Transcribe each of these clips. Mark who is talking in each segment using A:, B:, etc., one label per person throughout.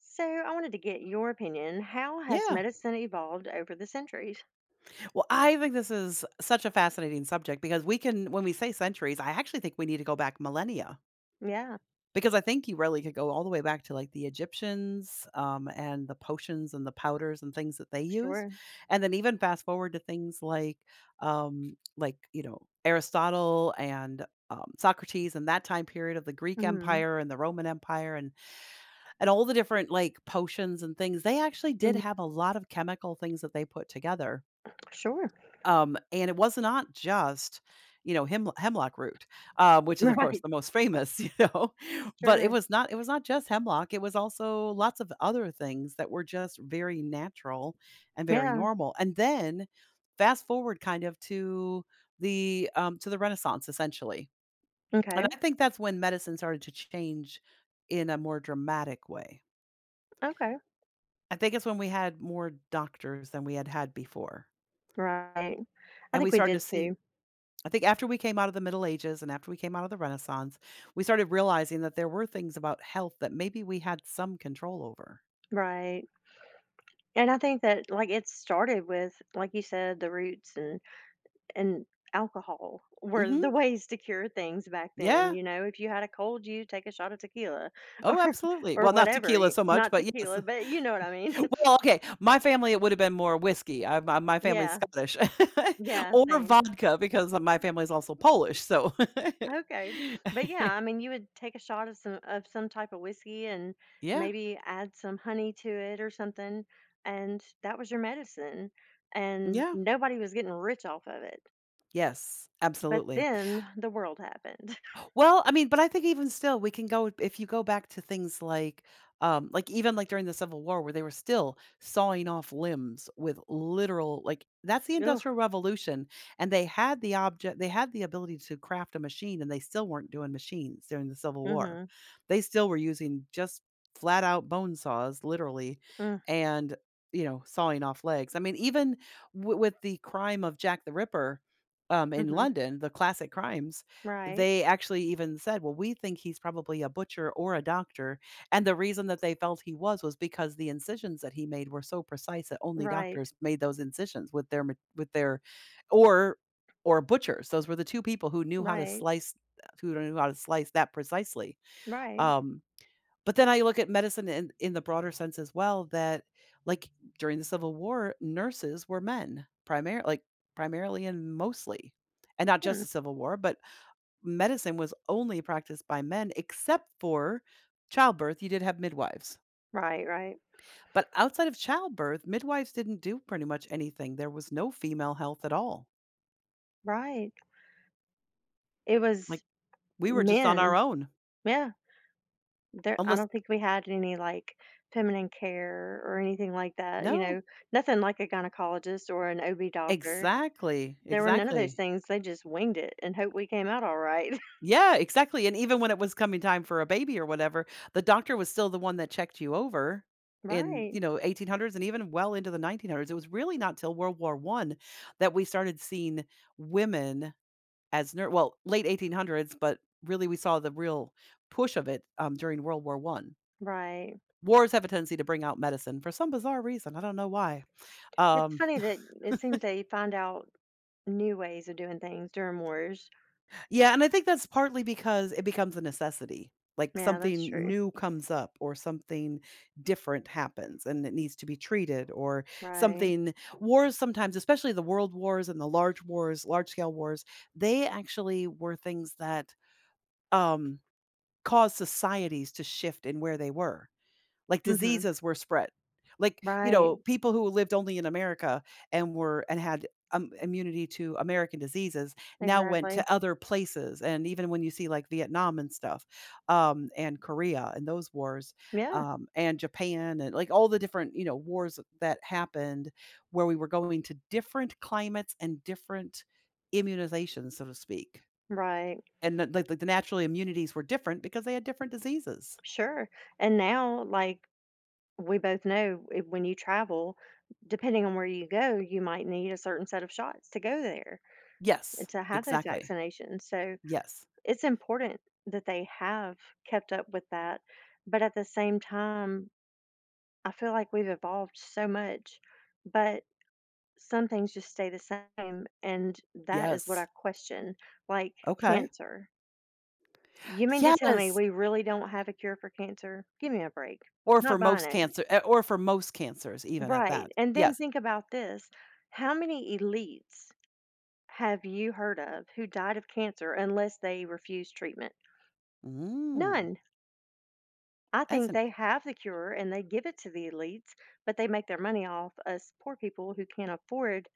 A: So I wanted to get your opinion. How has
B: Yeah.
A: medicine evolved over the centuries?
B: Well, I think this is such a fascinating subject because we can, when we say centuries, I actually think we need to go back millennia
A: Yeah,
B: because I think you really could go all the way back to like the Egyptians and the potions and the powders and things that they used.
A: sure.
B: And then even fast forward to things like, Aristotle and Socrates and that time period of the Greek
A: Hmm.
B: Empire and the Roman Empire and all the different like potions and things they actually did
A: Hmm.
B: have a lot of chemical things that they put together.
A: Sure.
B: And it was not just, hem hemlock root, which is, of course,
A: Right.
B: the most famous, but it
A: Sure.
B: was not just hemlock, it was also lots of other things that were just very natural and very
A: Yeah.
B: normal. And then fast forward kind of to the Renaissance, essentially. And
A: Okay.
B: I think that's when medicine started to change in a more dramatic way.
A: Okay.
B: I think it's when we had more doctors than we had had before,
A: Right. I
B: and we
A: think we
B: started to
A: did
B: see.
A: too.
B: I think after we came out of the Middle Ages and after we came out of the Renaissance, we started realizing that there were things about health that maybe we had some control over.
A: Right. And I think that, like it started with, like you said, the roots and alcohol were
B: Mhm.
A: the ways to cure things back then.
B: Yeah.
A: You know, if you had a cold, you take a shot of tequila
B: Oh,
A: or
B: absolutely.
A: or
B: Well, not
A: whatever.
B: tequila so much,
A: Not
B: but yes.
A: tequila, but you know what I mean.
B: Well, okay. My family, it would have been more whiskey. My family's
A: Yeah.
B: Scottish,
A: Yeah.
B: or
A: Same.
B: vodka because my family's also Polish. So,
A: Okay. But yeah, I mean, you would take a shot of some type of whiskey and
B: yeah.
A: maybe add some honey to it or something, and that was your medicine. And
B: Yeah.
A: nobody was getting rich off of it.
B: Yes.
A: But
B: Absolutely.
A: then the world happened.
B: Well, I mean, but I think even still, we can go if you go back to things like even like during the Civil War, where they were still sawing off limbs with literal, like that's the
A: Ooh,
B: Industrial Revolution, and they had the object, they had the ability to craft a machine, and they still weren't doing machines during the Civil War.
A: mm-hmm,
B: They still were using just flat out bone saws, literally,
A: mm,
B: and sawing off legs. I mean, even with the crime of Jack the Ripper, in
A: mm-hmm.
B: London, the classic crimes,
A: Right,
B: they actually even said, "Well, we think he's probably a butcher or a doctor," and the reason that they felt he was because the incisions that he made were so precise that only
A: right,
B: doctors made those incisions with their ma with their, or or butchers. Those were the 2 people who knew how to
A: right,
B: slice that precisely.
A: right,
B: Um, but then I look at medicine in the broader sense as well that, like, during the Civil War, nurses were men, primarily, like, primarily and mostly, and not just
A: hmm,
B: the Civil War, but medicine was only practiced by men except for childbirth. You did have midwives.
A: right, right,
B: But outside of childbirth, midwives didn't do pretty much anything. There was no female health at all.
A: right. It
B: Like
A: was
B: we were just on our
A: men.
B: own.
A: Yeah. There I
B: Unless
A: don't think we had any, like, feminine care or anything like that, you
B: no.
A: know, nothing like a gynecologist or an OB doctor.
B: Exactly.
A: There were none of those
B: Exactly.
A: things, they just winged it and hope we came out all right.
B: Yeah, exactly. And even when it was coming time for a baby or whatever, the doctor was still the one that checked you over in,
A: Right,
B: 1800s and even well into the 1900s. It was really not till World War 1 that we started seeing women as nur well, late 1800s, but really we saw the real push of it, during World War One.
A: right.
B: Wars have a tendency to bring out medicine for some bizarre reason, I don't know why.
A: It's
B: Um,
A: funny that it seems they find out new ways of doing things during wars.
B: yeah, and I think that's partly because it becomes a necessity, like
A: Yeah, that's
B: something
A: true.
B: new comes up or something different happens and it needs to be treated or
A: Right.
B: something. Wars sometimes, especially the world wars and the large wars, large scale wars, they actually were things that, um, caused societies to shift in where they were. Like
A: Mhm.
B: diseases were spread. Like, you
A: Right.
B: know, people who lived only in America and were and had, immunity to American diseases now went
A: Exactly.
B: to other places, and even when you see, like, Vietnam and stuff, and Korea and those wars,
A: Yeah.
B: and Japan and, like, all the different, you know, wars that happened where we were going to different climates and different immunizations, so to speak,
A: Right.
B: and the like the natural immunities were different because they had different diseases.
A: Sure. And now, like we both know, when you travel, depending on where you go, you might need a certain set of shots to go there and
B: Yes,
A: to have those
B: exactly.
A: vaccinations. So
B: Yes.
A: it's important that they have kept up with that. But at the same time, I feel like we've evolved so much, but some things just stay the same. And that is what
B: Yes.
A: I question, like
B: Okay.
A: cancer. You mean to tell me
B: Yes,
A: we really don't have a cure for cancer? Give me a break.
B: or for
A: Not buying
B: most
A: it.
B: or for most cancers even at
A: Right.
B: that.
A: And then
B: Yes.
A: think about this. How many elites have you heard of who died of cancer unless they refused treatment?
B: Mm,
A: None. I
B: that's
A: think
B: an
A: they have the cure and they give it to the elites, but they make their money off us poor people who can't afford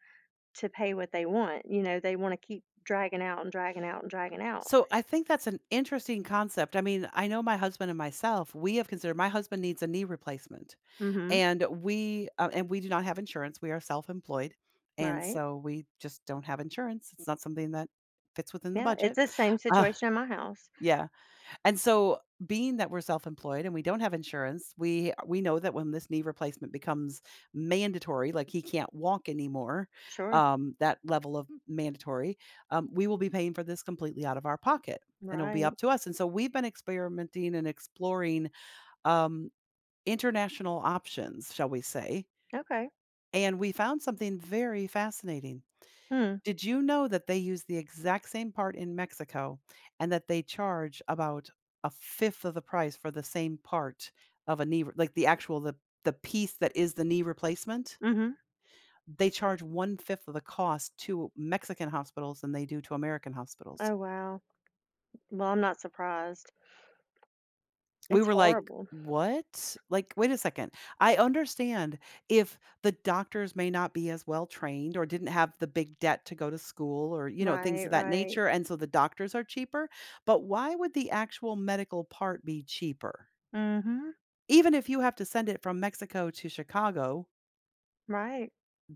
A: to pay what they want. You know, they want to keep dragging out and dragging out and dragging out.
B: so I think that's an interesting concept. I mean, I know my husband and myself, we have considered my husband needs a knee replacement,
A: Mhm.
B: and and we do not have insurance. We are self-employed, and
A: Right.
B: so we just don't have insurance. It's not something that fits within the
A: Yeah, it's
B: budget.
A: the same
B: Uh,
A: situation in my house.
B: yeah. And so being that we're self-employed and we don't have insurance, we know that when this knee replacement becomes mandatory, like he can't walk anymore,
A: Sure.
B: that level of mandatory, we will be paying for this completely out of our pocket and it'll be
A: Right.
B: up to us. And so we've been experimenting and exploring um, international options, shall we say.
A: Okay.
B: And we found something very fascinating.
A: Hmm.
B: Did you know that they use the exact same part in Mexico and that they charge about a fifth of the price for the same part of a knee re like, the piece that is the knee replacement?
A: Mhm.
B: They charge one fifth of the cost to Mexican hospitals than they do to American hospitals.
A: Oh wow. Well, I'm not surprised.
B: We
A: It's
B: were like,
A: horrible.
B: "What?" Like, "Wait a second. I understand if the doctors may not be as well trained or didn't have the big debt to go to school or, you know, things
A: Right,
B: of that
A: right.
B: nature, and so the doctors are cheaper, but why would the actual medical part be cheaper?"
A: Mm. Mhm.
B: Even if you have to send it from Mexico to Chicago,
A: Right.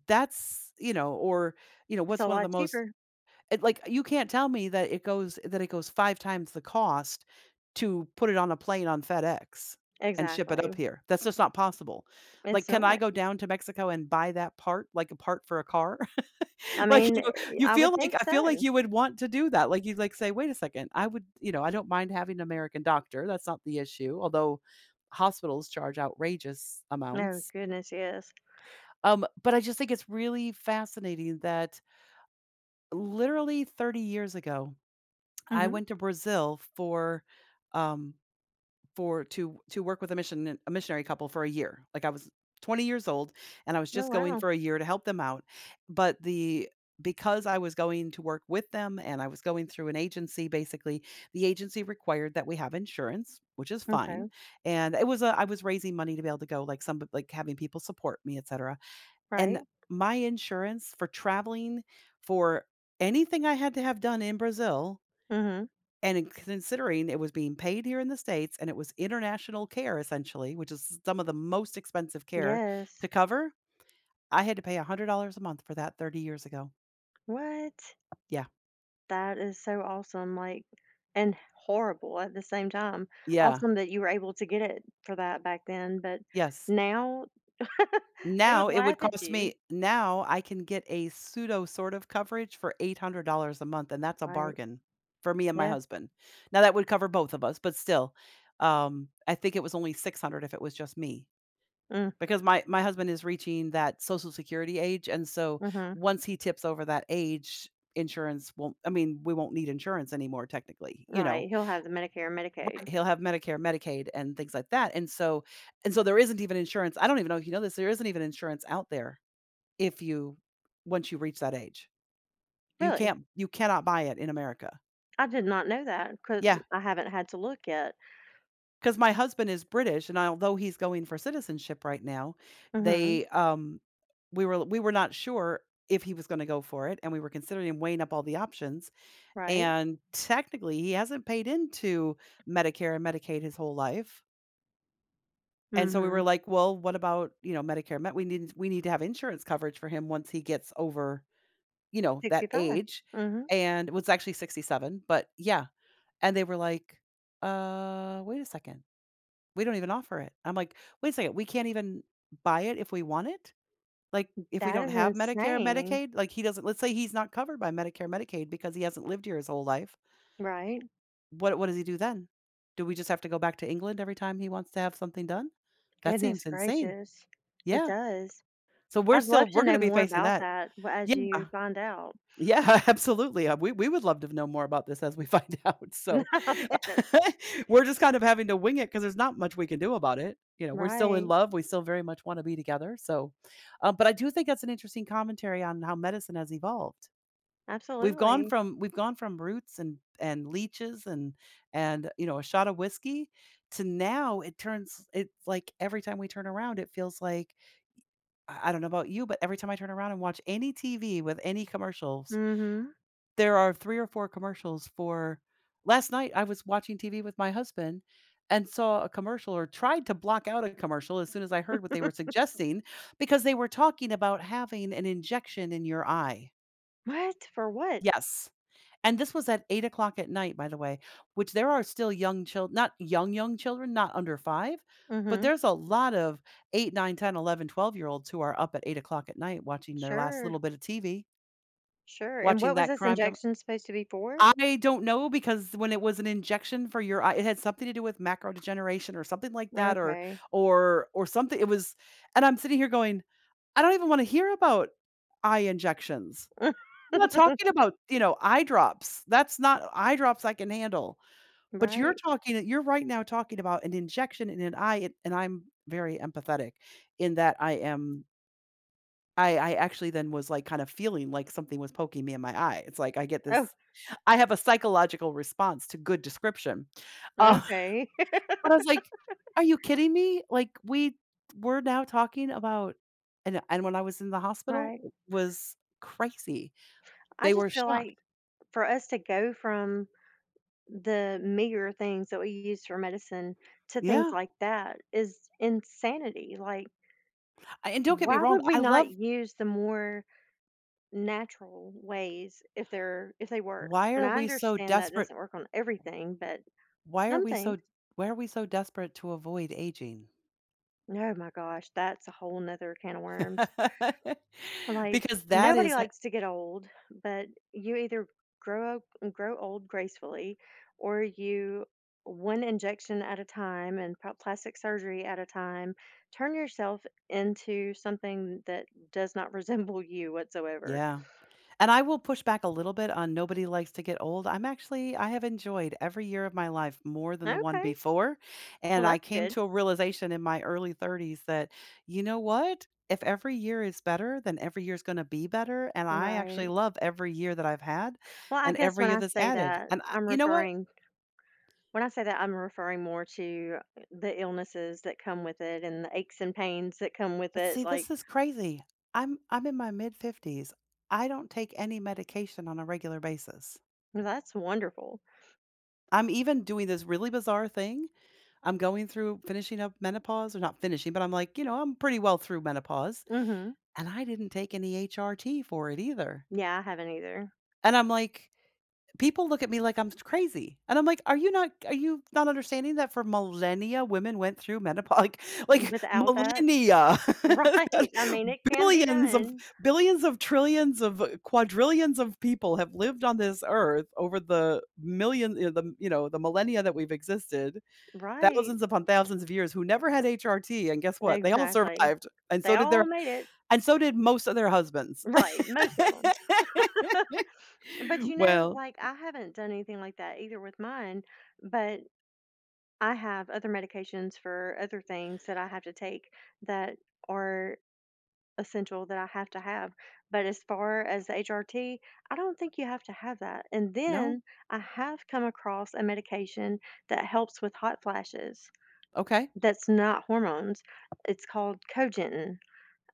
B: that's, you know, or, you know,
A: It's
B: what's
A: a
B: one of the
A: lot
B: most
A: cheaper.
B: it like, you can't tell me that it goes 5 times the cost to put it on a plane on FedEx and ship it up
A: Exactly.
B: here. That's just not possible. Like,
A: It's
B: can I
A: not.
B: go down to Mexico and buy that part, like a part for a car?
A: I
B: Like,
A: mean,
B: you know,
A: eh,
B: you
A: I
B: feel
A: would
B: like
A: think
B: I feel like
A: so.
B: you would want to do that. Like, you'd, like, say, "Wait a second, I would," you know, "I don't mind having an American doctor, that's not the issue," although hospitals charge outrageous
A: No,
B: amounts.
A: goodness, yes.
B: But I just think it's really fascinating that literally 30 years ago
A: Mm.
B: I
A: Mhm.
B: went to Brazil for, um, to work with a missionary couple for a year. Like I was 20 years old, and I was
A: Oh,
B: just going
A: wow.
B: for a year to help them out. But the because I was going to work with them, and I was going through an agency, basically, the agency required that we have insurance, which is fine.
A: Okay.
B: And it was a I was raising money to be able to go, like some like having people support me, etc. And
A: Right.
B: my insurance for traveling for anything I had to have done in Brazil
A: Mm. Mhm.
B: and in considering it was being paid here in the States and it was international care essentially, which is some of the most expensive care to
A: Yes.
B: cover, I had to pay $100 a month for that 30 years ago.
A: What?
B: Yeah.
A: That is so awesome, like, and horrible at the same time.
B: Yeah.
A: Awesome that you were able to get it for that back then, but
B: Yes.
A: now they
B: Now
A: would
B: it would
A: laugh at
B: cost me
A: you.
B: now I can get a pseudo sort of coverage for $800 a month, and that's a
A: Right.
B: bargain for me and my
A: Yeah.
B: husband. Now that would cover both of us, but still, I think it was only 600 if it was just me.
A: Mm.
B: Because my husband is reaching that Social Security age, and so
A: Mhm.
B: once he tips over that age, insurance won't I mean, we won't need insurance anymore technically, you know?
A: Right. He'll have the Medicare and
B: Right,
A: Medicaid.
B: he'll have Medicare, Medicaid, and things like that, and so there isn't even insurance I don't even know if you know this, there isn't even insurance out there if you once you reach that age.
A: Really?
B: You cannot buy it in America.
A: I did not know that because
B: Yeah.
A: I haven't had to look yet.
B: 'Cause my husband is British, and although he's going for citizenship right now,
A: Mhm,
B: they, we were not sure if he was gonna go for it, and we were considering weighing up all the options,
A: right.
B: and technically, he hasn't paid into Medicare and Medicaid his whole life, and so we were
A: Mhm.
B: like, "Well, what about, you know, Medicare Med we need to have insurance coverage for him once he gets over, you know, that
A: 65.
B: age,"
A: Mhm.
B: and it was actually 67, but yeah, and they were like, wait a second. We don't even offer it." I'm like, "Wait a second, we can't even buy it if we want it? Like, if we
A: That
B: don't
A: is
B: have Medicare,
A: insane,
B: Medicaid?" Like, he doesn't let's say he's not covered by Medicare, Medicaid because he hasn't lived here his whole life.
A: right?
B: What does he do then? Do we just have to go back to England every time he wants to have something done? That seems
A: Goodness
B: insane.
A: gracious. It
B: Yeah.
A: does.
B: So
A: I'd love to
B: we're gonna
A: know
B: be
A: more
B: facing
A: about
B: that.
A: that w as
B: Yeah.
A: you find out.
B: Yeah, absolutely. We would love to know more about this as we find out. So
A: I bet.
B: we're just kind of having to wing it because there's not much we can do about it. You know, we're still in
A: Right.
B: love. We still very much want to be together. So, but I do think that's an interesting commentary on how medicine has evolved.
A: Absolutely.
B: We've gone from roots and leeches and a shot of whiskey to now it's like every time we turn around it feels like I don't know about you, but every time I turn around and watch any TV with any commercials
A: Mhm.
B: there are 3 or 4 commercials for last night, I was watching TV with my husband and saw a commercial or tried to block out a commercial as soon as I heard what they were suggesting because they were talking about having an injection in your eye.
A: What? For what?
B: Yes. And this was at 8 o'clock at night, by the way, which there are still young children, not young, young children, not under 5, but
A: Mhm.
B: there's a lot of 8, 9, 10, 11, 12 year olds who are up at 8 o'clock at night watching their last little
A: Sure,
B: bit of TV,
A: sure. And what
B: watching
A: was
B: that
A: this
B: crime drama.
A: injection supposed to be for?
B: I don't know, because when it was an injection for your eye, it had something to do with macro degeneration or something like that, or
A: Okay.
B: or or something it was, and I'm sitting here going, "I don't even wanna hear about eye injections." I'm not talking about eye drops. That's not eye drops I can handle. But
A: Right.
B: you're right now talking about an injection in an eye, and I'm very empathetic in that I am I actually then was, like, kind of feeling like something was poking me in my eye. It's like I get
A: Oh,
B: this I have a psychological response to good description. Uh,
A: okay.
B: but I was like, "Are you kidding me?" Like, we're now talking about and when I was in the hospital,
A: Right.
B: it was crazy.
A: I
B: They were
A: just feel
B: shocked.
A: like for us to go from the meager things that we use for medicine to things
B: Yeah.
A: like that is insanity. Like,
B: I And don't get me
A: why
B: wrong,
A: would we
B: I
A: not
B: love.
A: use the more natural ways if they work?
B: Why
A: And
B: are
A: I
B: we so
A: understand that
B: desperate
A: doesn't work on everything, but
B: why are
A: some
B: we so
A: things.
B: why are we so desperate to avoid aging?
A: Oh my gosh, that's a whole nother can of worms. Like
B: Because that
A: nobody
B: is h
A: likes to get old, but you either grow old gracefully, or you one injection at a time and plastic surgery at a time turn yourself into something that does not resemble you whatsoever.
B: Yeah. And I will push back a little bit on Nobody Likes to Get Old. I have enjoyed every year of my life more than the one
A: Okay,
B: before,
A: well
B: and I
A: that's
B: came
A: good.
B: to a realization in my early 30s that, you know what? If every year is better, then every year is gonna be better, and I
A: Right.
B: actually love every year that I've had
A: Well, I
B: and
A: guess
B: every
A: when
B: year
A: I
B: that's
A: say
B: added.
A: that,
B: And I
A: I'm
B: you know what?
A: referring when I say that I'm referring more to the illnesses that come with it and the aches and pains that come with
B: But see,
A: it.
B: this
A: Like
B: is crazy. I'm in my mid-50s. I don't take any medication on a regular basis.
A: that's wonderful.
B: I'm even doing this really bizarre thing. I'm going through finishing up menopause, or not finishing, but I'm like, I'm pretty well through menopause.
A: Hmm.
B: And I didn't take any HRT for it either.
A: Yeah, I haven't either.
B: And I'm like, people look at me like I'm crazy. And I'm like, are you not understanding that for millennia women went through menopause like
A: Without that
B: millennia.
A: right, I mean, it can be
B: billions of
A: done.
B: billions of trillions of quadrillions of people have lived on this earth over the million you know the millennia that we've existed,
A: Right,
B: thousands upon thousands of years who never had HRT, and guess what? They all
A: exactly.
B: survived, and
A: They
B: so did their
A: all made it.
B: and so did most of their husbands.
A: Right, most of them. But, you know,
B: Well,
A: like, I haven't done anything like that either with mine, but I have other medications for other things that I have to take that are essential that I have to have, but as far as the HRT, I don't think you have to have that, and
B: no,
A: then I have come across a medication that helps with hot flashes.
B: okay,
A: That's not hormones. It's called cogentin,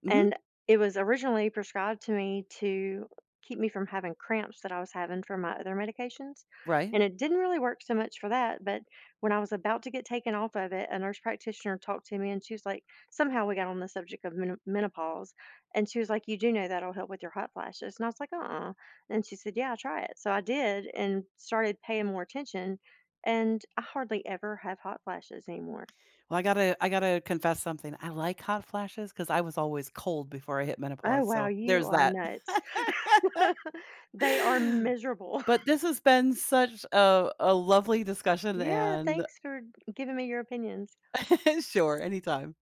B: mhm,
A: and it was originally prescribed to me to keep me from having cramps that I was having from my other medications,
B: right.
A: and it didn't really work so much for that, but when I was about to get taken off of it, a nurse practitioner talked to me, and she was like somehow we got on the subject of menopause, and she was like, "You do know that'll help with your hot flashes," and I was like, "Uh-uh," and she said, "Yeah, try it." So I did and started paying more attention, and I hardly ever have hot flashes anymore.
B: Well, I gotta confess something. I like hot flashes because I was always cold before I hit
A: Oh,
B: menopause,
A: wow,
B: so
A: you
B: there's
A: are
B: that.
A: nuts. They are miserable.
B: But this has been such a lovely discussion
A: Yeah,
B: and
A: thanks for giving me your opinions.
B: sure, anytime.